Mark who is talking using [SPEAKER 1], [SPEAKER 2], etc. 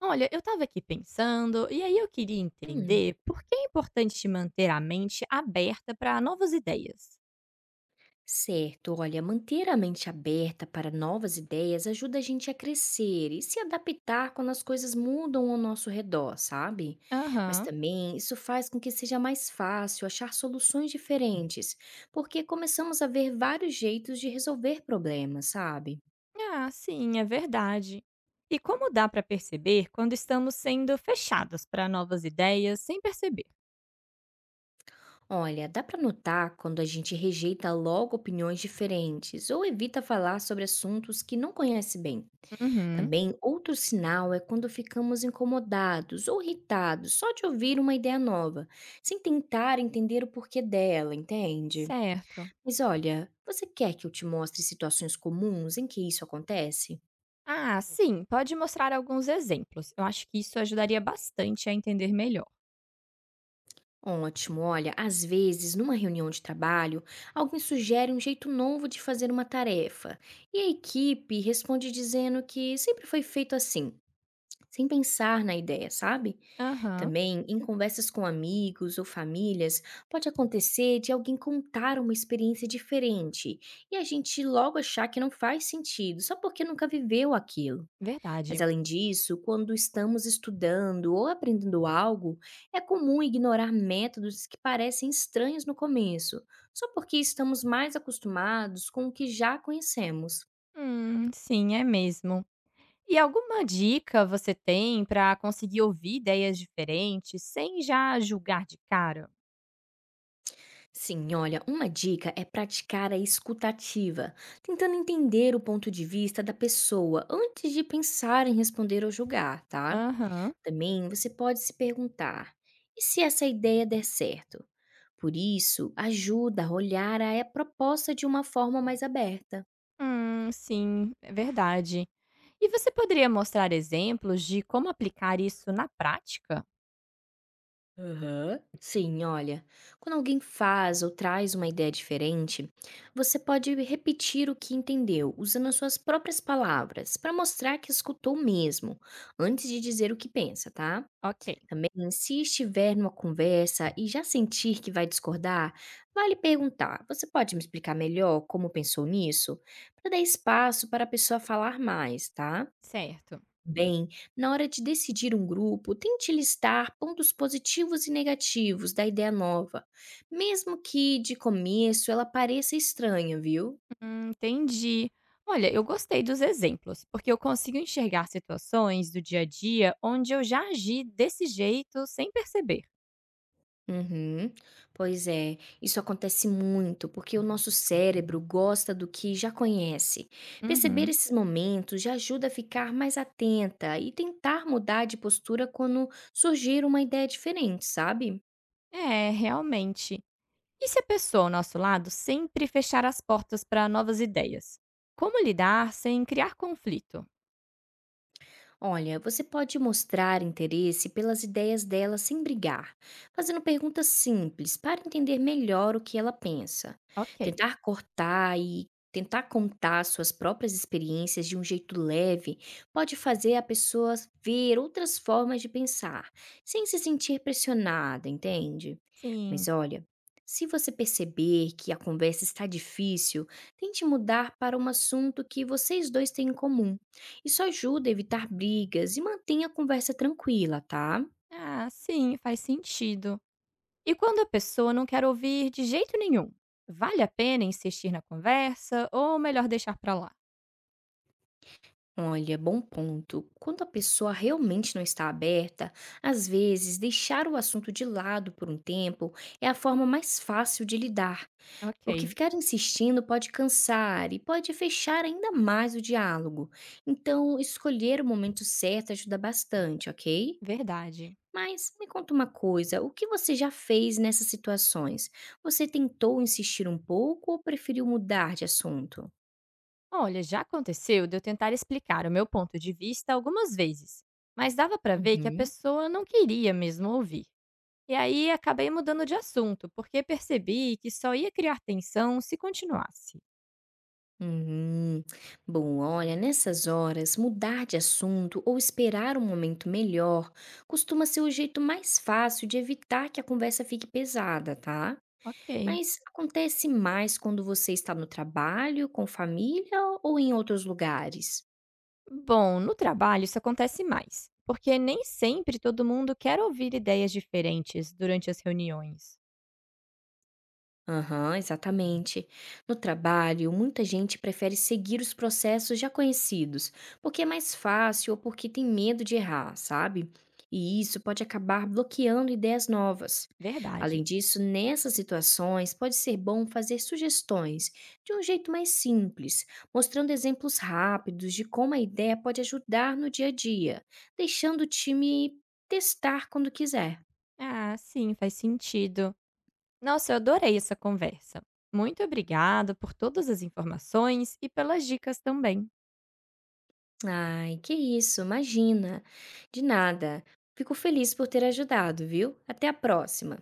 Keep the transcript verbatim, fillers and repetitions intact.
[SPEAKER 1] Olha, eu estava aqui pensando, e aí eu queria
[SPEAKER 2] Hum,
[SPEAKER 1] entender por que é importante manter a mente aberta para novas ideias.
[SPEAKER 2] Certo. Olha, manter a mente aberta para novas ideias ajuda a gente a crescer e se adaptar quando as coisas mudam ao nosso redor, sabe? Mas
[SPEAKER 1] Aham.
[SPEAKER 2] também isso faz com que seja mais fácil achar soluções diferentes, porque começamos a ver vários jeitos de resolver problemas, sabe?
[SPEAKER 1] Ah, sim, é verdade. E como dá para perceber quando estamos sendo fechados para novas ideias sem perceber?
[SPEAKER 2] Olha, dá para notar quando a gente rejeita logo opiniões diferentes ou evita falar sobre assuntos que não conhece bem.
[SPEAKER 1] Uhum.
[SPEAKER 2] Também, outro sinal é quando ficamos incomodados ou irritados só de ouvir uma ideia nova, sem tentar entender o porquê dela, entende?
[SPEAKER 1] Certo.
[SPEAKER 2] Mas olha, você quer que eu te mostre situações comuns em que isso acontece?
[SPEAKER 1] Ah, sim, pode mostrar alguns exemplos. Eu acho que isso ajudaria bastante a entender melhor.
[SPEAKER 2] Ótimo, olha, às vezes, numa reunião de trabalho, alguém sugere um jeito novo de fazer uma tarefa, e a equipe responde dizendo que sempre foi feito assim, sem pensar na ideia, sabe?
[SPEAKER 1] Aham,
[SPEAKER 2] Também, em conversas com amigos ou famílias, pode acontecer de alguém contar uma experiência diferente e a gente logo achar que não faz sentido, só porque nunca viveu aquilo. Mas,
[SPEAKER 1] verdade.
[SPEAKER 2] além disso, quando estamos estudando ou aprendendo algo, é comum ignorar métodos que parecem estranhos no começo, só porque estamos mais acostumados com o que já conhecemos.
[SPEAKER 1] Hum, sim, é mesmo. E alguma dica você tem para conseguir ouvir ideias diferentes sem já julgar de cara?
[SPEAKER 2] Sim, olha, uma dica é praticar a escutativa, tentando entender o ponto de vista da pessoa antes de pensar em responder ou julgar, tá?
[SPEAKER 1] Aham.
[SPEAKER 2] Também você pode se perguntar: e se essa ideia der certo? Por isso, ajuda a olhar a proposta de uma forma mais aberta.
[SPEAKER 1] Hum, sim, é verdade. E você poderia mostrar exemplos de como aplicar isso na prática?
[SPEAKER 2] Aham. Sim, olha, quando alguém faz ou traz uma ideia diferente, você pode repetir o que entendeu, usando as suas próprias palavras, para mostrar que escutou mesmo, antes de dizer o que pensa, tá?
[SPEAKER 1] Ok,
[SPEAKER 2] Também, se estiver numa conversa e já sentir que vai discordar, vale perguntar: você pode me explicar melhor como pensou nisso? Para dar espaço para a pessoa falar mais, tá?
[SPEAKER 1] certo.
[SPEAKER 2] Bem, na hora de decidir um grupo, tente listar pontos positivos e negativos da ideia nova, mesmo que de começo ela pareça estranha, viu?
[SPEAKER 1] Hum, entendi. Olha, eu gostei dos exemplos, porque eu consigo enxergar situações do dia a dia onde eu já agi desse jeito sem perceber.
[SPEAKER 2] Uhum. Pois é, isso acontece muito porque o nosso cérebro gosta do que já conhece. Perceber
[SPEAKER 1] Uhum.
[SPEAKER 2] esses momentos já ajuda a ficar mais atenta e tentar mudar de postura quando surgir uma ideia diferente, sabe?
[SPEAKER 1] É, realmente. E se a pessoa ao nosso lado sempre fechar as portas para novas ideias? Como lidar sem criar conflito?
[SPEAKER 2] Olha, você pode mostrar interesse pelas ideias dela sem brigar, fazendo perguntas simples para entender melhor o que ela pensa.
[SPEAKER 1] Ok.
[SPEAKER 2] Tentar cortar e tentar contar suas próprias experiências de um jeito leve pode fazer a pessoa ver outras formas de pensar, sem se sentir pressionada, entende? Mas
[SPEAKER 1] Sim.
[SPEAKER 2] olha, se você perceber que a conversa está difícil, tente mudar para um assunto que vocês dois têm em comum isso ajuda a evitar brigas e mantém a conversa tranquila, tá?
[SPEAKER 1] Ah, sim, faz sentido. E quando a pessoa não quer ouvir de jeito nenhum? Vale a pena insistir na conversa ou melhor deixar para lá?
[SPEAKER 2] Olha, bom ponto. Quando a pessoa realmente não está aberta, às vezes deixar o assunto de lado por um tempo é a forma mais fácil de lidar, porque
[SPEAKER 1] Ok,
[SPEAKER 2] ficar insistindo pode cansar e pode fechar ainda mais o diálogo. Então, escolher o momento certo ajuda bastante, ok?
[SPEAKER 1] verdade.
[SPEAKER 2] Mas me conta uma coisa, o que você já fez nessas situações? Você tentou insistir um pouco ou preferiu mudar de assunto?
[SPEAKER 1] Olha, já aconteceu de eu tentar explicar o meu ponto de vista algumas vezes, mas dava para ver que a
[SPEAKER 2] Uhum.
[SPEAKER 1] pessoa não queria mesmo ouvir. E aí acabei mudando de assunto, porque percebi que só ia criar tensão se continuasse.
[SPEAKER 2] Uhum. Bom, olha, nessas horas, mudar de assunto ou esperar um momento melhor costuma ser o jeito mais fácil de evitar que a conversa fique pesada, tá?
[SPEAKER 1] Ok.
[SPEAKER 2] Mas acontece mais quando você está no trabalho, com família ou em outros lugares?
[SPEAKER 1] Bom, no trabalho isso acontece mais, porque nem sempre todo mundo quer ouvir ideias diferentes durante as reuniões.
[SPEAKER 2] Aham, exatamente. No trabalho, muita gente prefere seguir os processos já conhecidos, porque é mais fácil ou porque tem medo de errar, sabe? E isso pode acabar bloqueando ideias novas. Além
[SPEAKER 1] Verdade.
[SPEAKER 2] disso, nessas situações, pode ser bom fazer sugestões de um jeito mais simples, mostrando exemplos rápidos de como a ideia pode ajudar no dia a dia, deixando o time testar quando quiser.
[SPEAKER 1] Ah, sim, faz sentido. Nossa, eu adorei essa conversa. Muito obrigado por todas as informações e pelas dicas também.
[SPEAKER 2] Ai, que isso, imagina. De nada. Fico feliz por ter ajudado, viu? Até a próxima.